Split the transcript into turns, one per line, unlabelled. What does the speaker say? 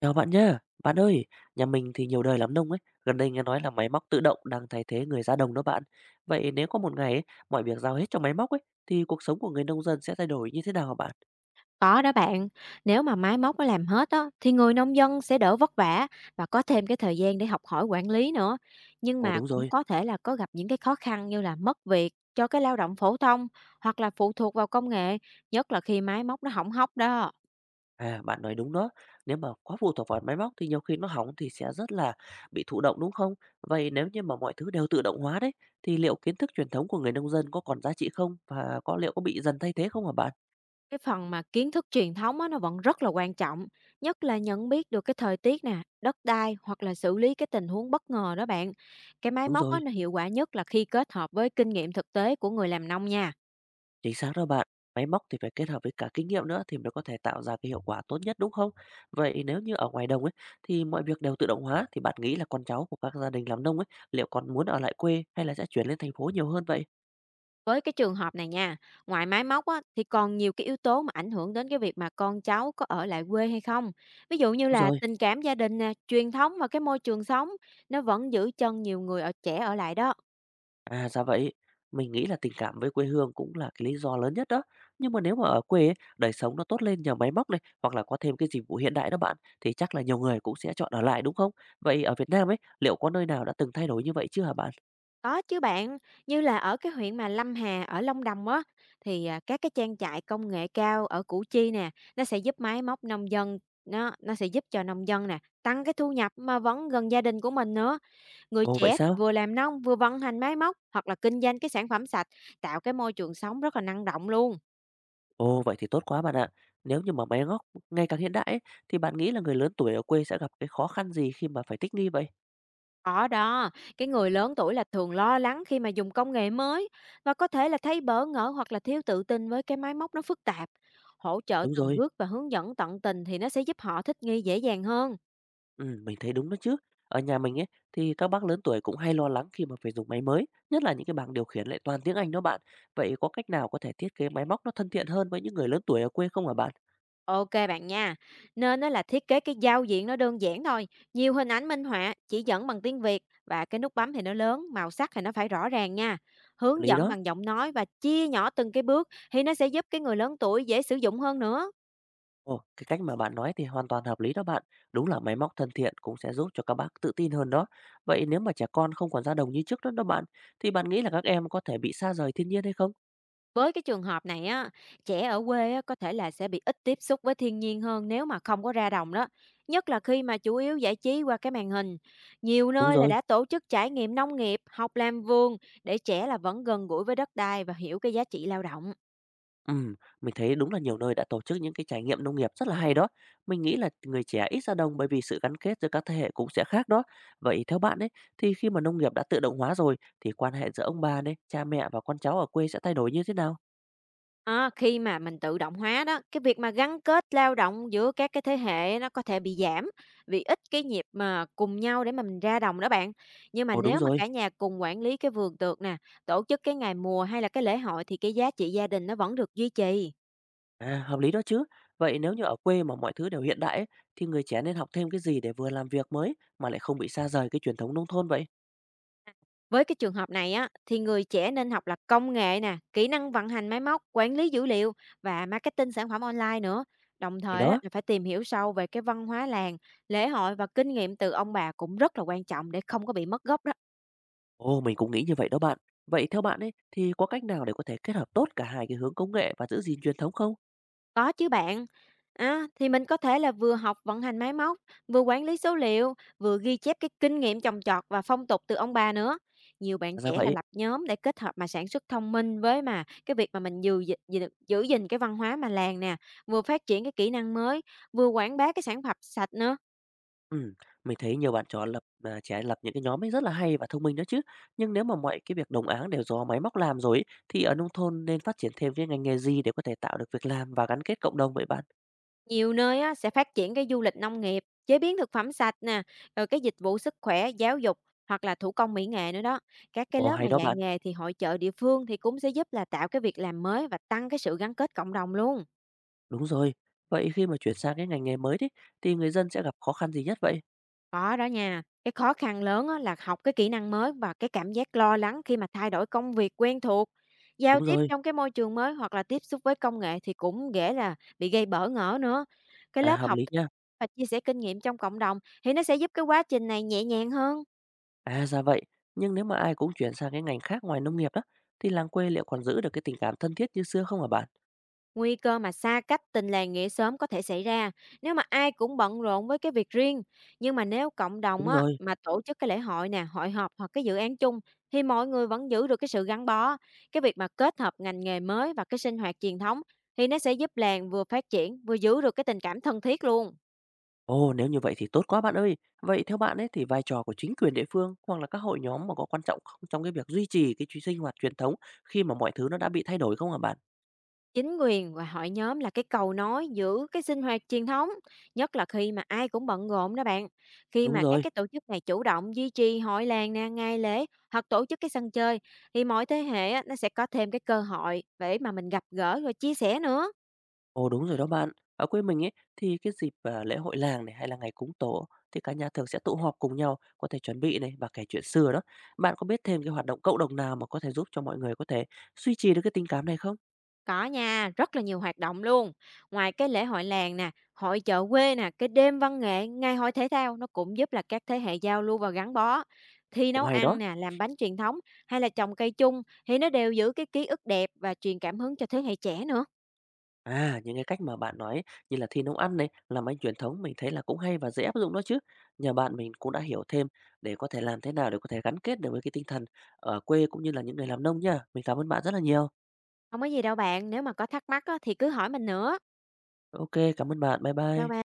Chào bạn nhá. Bạn ơi, nhà mình thì nhiều đời làm nông ấy, gần đây nghe nói là máy móc tự động đang thay thế người ra đồng đó bạn. Vậy nếu có một ngày ấy, mọi việc giao hết cho máy móc ấy, thì cuộc sống của người nông dân sẽ thay đổi như thế nào hả bạn?
Có đó bạn, nếu mà máy móc nó làm hết á, thì người nông dân sẽ đỡ vất vả và có thêm cái thời gian để học hỏi quản lý nữa. Nhưng
Ồ
mà
đúng
cũng
rồi,
có thể là có gặp những cái khó khăn như là mất việc cho cái lao động phổ thông hoặc là phụ thuộc vào công nghệ, nhất là khi máy móc nó hỏng hóc đó.
à bạn nói đúng đó. Nếu mà quá phụ thuộc vào máy móc thì nhiều khi nó hỏng thì sẽ rất là bị thụ động đúng không? Vậy nếu như mà mọi thứ đều tự động hóa đấy, thì liệu kiến thức truyền thống của người nông dân có còn giá trị không? Và có liệu có bị dần thay thế không hả bạn?
Cái phần mà kiến thức truyền thống á, nó vẫn rất là quan trọng, nhất là nhận biết được cái thời tiết nè, đất đai hoặc là xử lý cái tình huống bất ngờ đó bạn. Cái máy
Đúng
móc
rồi.
á, nó hiệu quả nhất là khi kết hợp với kinh nghiệm thực tế của người làm nông nha.
Chính xác đó bạn. Máy móc thì phải kết hợp với cả kinh nghiệm nữa thì mới có thể tạo ra cái hiệu quả tốt nhất đúng không? Vậy nếu như ở ngoài đồng ấy thì mọi việc đều tự động hóa thì bạn nghĩ là con cháu của các gia đình làm nông ấy liệu còn muốn ở lại quê hay là sẽ chuyển lên thành phố nhiều hơn vậy?
Với cái trường hợp này nha, ngoài máy móc á, thì còn nhiều cái yếu tố mà ảnh hưởng đến cái việc mà con cháu có ở lại quê hay không. Ví dụ như
Đúng
là
rồi.
tình cảm gia đình nè, truyền thống và cái môi trường sống, nó vẫn giữ chân nhiều người ở trẻ ở lại đó.
À ra vậy. Mình nghĩ là tình cảm với quê hương cũng là cái lý do lớn nhất đó. Nhưng mà nếu mà ở quê ấy, đời sống nó tốt lên nhờ máy móc này hoặc là có thêm cái dịch vụ hiện đại đó bạn thì chắc là nhiều người cũng sẽ chọn ở lại đúng không? Vậy ở Việt Nam ấy liệu có nơi nào đã từng thay đổi như vậy chưa hả bạn?
Có chứ bạn, như là ở cái huyện mà Lâm Hà ở Long Đồng á, thì các cái trang trại công nghệ cao ở Củ Chi nè, nó sẽ giúp máy móc nông dân nó sẽ giúp cho nông dân nè tăng cái thu nhập mà vẫn gần gia đình của mình nữa. Người
Ồ vậy
trẻ thì
sao?
vừa làm nông, vừa vận hành máy móc hoặc là kinh doanh cái sản phẩm sạch, tạo cái môi trường sống rất là năng động luôn.
Ồ, vậy thì tốt quá bạn ạ. Nếu như mà máy móc ngày càng hiện đại ấy, thì bạn nghĩ là người lớn tuổi ở quê sẽ gặp cái khó khăn gì khi mà phải thích nghi vậy?
Có đó, cái người lớn tuổi là thường lo lắng khi mà dùng công nghệ mới và có thể là thấy bỡ ngỡ hoặc là thiếu tự tin với cái máy móc nó phức tạp. Hỗ trợ
Đúng
từng
rồi,
bước và hướng dẫn tận tình thì nó sẽ giúp họ thích nghi dễ dàng hơn.
ừ, mình thấy đúng đó chứ. Ở nhà mình ấy thì các bác lớn tuổi cũng hay lo lắng khi mà phải dùng máy mới, nhất là những cái bảng điều khiển lại toàn tiếng Anh đó bạn. Vậy có cách nào có thể thiết kế máy móc nó thân thiện hơn với những người lớn tuổi ở quê không hả bạn?
OK bạn nha. Nên á là thiết kế cái giao diện nó đơn giản thôi, nhiều hình ảnh minh họa, chỉ dẫn bằng tiếng Việt và cái nút bấm thì nó lớn, màu sắc thì nó phải rõ ràng nha. Hướng
Lý
dẫn
đó.
bằng giọng nói và chia nhỏ từng cái bước thì nó sẽ giúp cái người lớn tuổi dễ sử dụng hơn nữa.
Ồ, cái cách mà bạn nói thì hoàn toàn hợp lý đó bạn. Đúng là máy móc thân thiện cũng sẽ giúp cho các bác tự tin hơn đó. Vậy nếu mà trẻ con không còn ra đồng như trước đó đó bạn, thì bạn nghĩ là các em có thể bị xa rời thiên nhiên hay không?
Với cái trường hợp này á, trẻ ở quê á, có thể là sẽ bị ít tiếp xúc với thiên nhiên hơn nếu mà không có ra đồng đó. Nhất là khi mà chủ yếu giải trí qua cái màn hình. Nhiều
Đúng
nơi là
rồi.
đã tổ chức trải nghiệm nông nghiệp, học làm vườn để trẻ là vẫn gần gũi với đất đai và hiểu cái giá trị lao động.
Ừm, mình thấy đúng là nhiều nơi đã tổ chức những cái trải nghiệm nông nghiệp rất là hay đó. Mình nghĩ là người trẻ ít ra đồng bởi vì sự gắn kết giữa các thế hệ cũng sẽ khác đó. Vậy theo bạn ấy, thì khi mà nông nghiệp đã tự động hóa rồi, thì quan hệ giữa ông bà này, cha mẹ và con cháu ở quê sẽ thay đổi như thế nào?
Á, khi mà mình tự động hóa đó, cái việc mà gắn kết lao động giữa các cái thế hệ nó có thể bị giảm vì ít cái nhịp mà cùng nhau để mà mình ra đồng đó bạn. Nhưng mà
Ồ đúng
nếu mà
rồi.
cả nhà cùng quản lý cái vườn tược nè, tổ chức cái ngày mùa hay là cái lễ hội thì cái giá trị gia đình nó vẫn được duy trì.
À, hợp lý đó chứ. Vậy nếu như ở quê mà mọi thứ đều hiện đại ấy, thì người trẻ nên học thêm cái gì để vừa làm việc mới mà lại không bị xa rời cái truyền thống nông thôn vậy?
Với cái trường hợp này á, thì người trẻ nên học là công nghệ nè, kỹ năng vận hành máy móc, quản lý dữ liệu và marketing sản phẩm online nữa. Đồng
Thì
thời á,
đó,
là phải tìm hiểu sâu về cái văn hóa làng, lễ hội và kinh nghiệm từ ông bà cũng rất là quan trọng để không có bị mất gốc đó.
ồ mình cũng nghĩ như vậy đó bạn. Vậy theo bạn ấy thì có cách nào để có thể kết hợp tốt cả hai cái hướng công nghệ và giữ gìn truyền thống không?
Có chứ bạn. Á, thì mình có thể là vừa học vận hành máy móc, vừa quản lý số liệu, vừa ghi chép cái kinh nghiệm trồng trọt và phong tục từ ông bà nữa. Nhiều bạn
Thật ra
trẻ là
vậy,
lập nhóm để kết hợp mà sản xuất thông minh với mà cái việc mà mình giữ gìn, giữ giữ gìn cái văn hóa mà làng nè, vừa phát triển cái kỹ năng mới, vừa quảng bá cái sản phẩm sạch nữa.
ừ, mình thấy nhiều bạn trẻ lập những cái nhóm ấy rất là hay và thông minh đó chứ. Nhưng nếu mà mọi cái việc đồng áng đều do máy móc làm rồi ấy, thì ở nông thôn nên phát triển thêm cái ngành nghề gì để có thể tạo được việc làm và gắn kết cộng đồng vậy bạn?
Nhiều nơi á, sẽ phát triển cái du lịch nông nghiệp, chế biến thực phẩm sạch nè, rồi cái dịch vụ sức khỏe, giáo dục hoặc là thủ công mỹ nghệ nữa đó. Các cái
Ồ
lớp
hay
mà
đó
dạy
bạn.
nghề thì hội chợ địa phương thì cũng sẽ giúp là tạo cái việc làm mới và tăng cái sự gắn kết cộng đồng luôn.
Đúng rồi. Vậy khi mà chuyển sang cái ngành nghề mới đấy, thì người dân sẽ gặp khó khăn gì nhất vậy?
Có đó nha. Cái khó khăn lớn á, là học cái kỹ năng mới và cái cảm giác lo lắng khi mà thay đổi công việc quen thuộc. Giao
Đúng
tiếp
rồi,
trong cái môi trường mới hoặc là tiếp xúc với công nghệ thì cũng dễ là bị gây bỡ ngỡ nữa. Cái
à,
lớp
hợp
học
lý nha.
và chia sẻ kinh nghiệm trong cộng đồng thì nó sẽ giúp cái quá trình này nhẹ nhàng hơn.
À, ra vậy. Nhưng nếu mà ai cũng chuyển sang cái ngành khác ngoài nông nghiệp đó, thì làng quê liệu còn giữ được cái tình cảm thân thiết như xưa không hả bạn?
Nguy cơ mà xa cách tình làng nghĩa xóm có thể xảy ra nếu mà ai cũng bận rộn với cái việc riêng. Nhưng mà nếu cộng
Đúng
đồng á,
rồi.
mà tổ chức cái lễ hội nè, hội họp hoặc cái dự án chung thì mọi người vẫn giữ được cái sự gắn bó. Cái việc mà kết hợp ngành nghề mới và cái sinh hoạt truyền thống thì nó sẽ giúp làng vừa phát triển vừa giữ được cái tình cảm thân thiết luôn.
Ồ, nếu như vậy thì tốt quá bạn ơi. Vậy theo bạn ấy thì vai trò của chính quyền địa phương hoặc là các hội nhóm mà có quan trọng không trong cái việc duy trì sinh hoạt truyền thống khi mà mọi thứ nó đã bị thay đổi không hả bạn?
Chính quyền và hội nhóm là cái cầu nối giữ cái sinh hoạt truyền thống, nhất là khi mà ai cũng bận rộn đó bạn. Khi
Đúng
mà các
rồi.
cái tổ chức này chủ động duy trì hội làng nè, ngày lễ hoặc tổ chức cái sân chơi thì mọi thế hệ á, nó sẽ có thêm cái cơ hội để mà mình gặp gỡ rồi chia sẻ nữa.
Ồ, đúng rồi đó bạn. Ở quê mình ấy thì cái dịp, à, lễ hội làng này hay là ngày cúng Tổ thì cả nhà thường sẽ tụ họp cùng nhau, có thể chuẩn bị này và kể chuyện xưa đó. Bạn có biết thêm cái hoạt động cộng đồng nào mà có thể giúp cho mọi người có thể duy trì được cái tình cảm này không?
Có nha, rất là nhiều hoạt động luôn. Ngoài cái lễ hội làng nè, hội chợ quê nè, cái đêm văn nghệ, ngày hội thể thao nó cũng giúp là các thế hệ giao lưu và gắn bó. Thi
Ồ,
nấu
hay đó.
ăn nè, làm bánh truyền thống hay là trồng cây chung thì nó đều giữ cái ký ức đẹp và truyền cảm hứng cho thế hệ trẻ nữa.
À, những cái cách mà bạn nói như là thi nấu ăn này, làm bánh truyền thống mình thấy là cũng hay và dễ áp dụng đó chứ. Nhờ bạn mình cũng đã hiểu thêm để có thể làm thế nào để có thể gắn kết được với cái tinh thần ở quê cũng như là những người làm nông nha. Mình cảm ơn bạn rất là nhiều.
Không có gì đâu bạn, nếu mà có thắc mắc á, thì cứ hỏi mình nữa.
OK, cảm ơn bạn. Bye
Chào
bye.
bạn.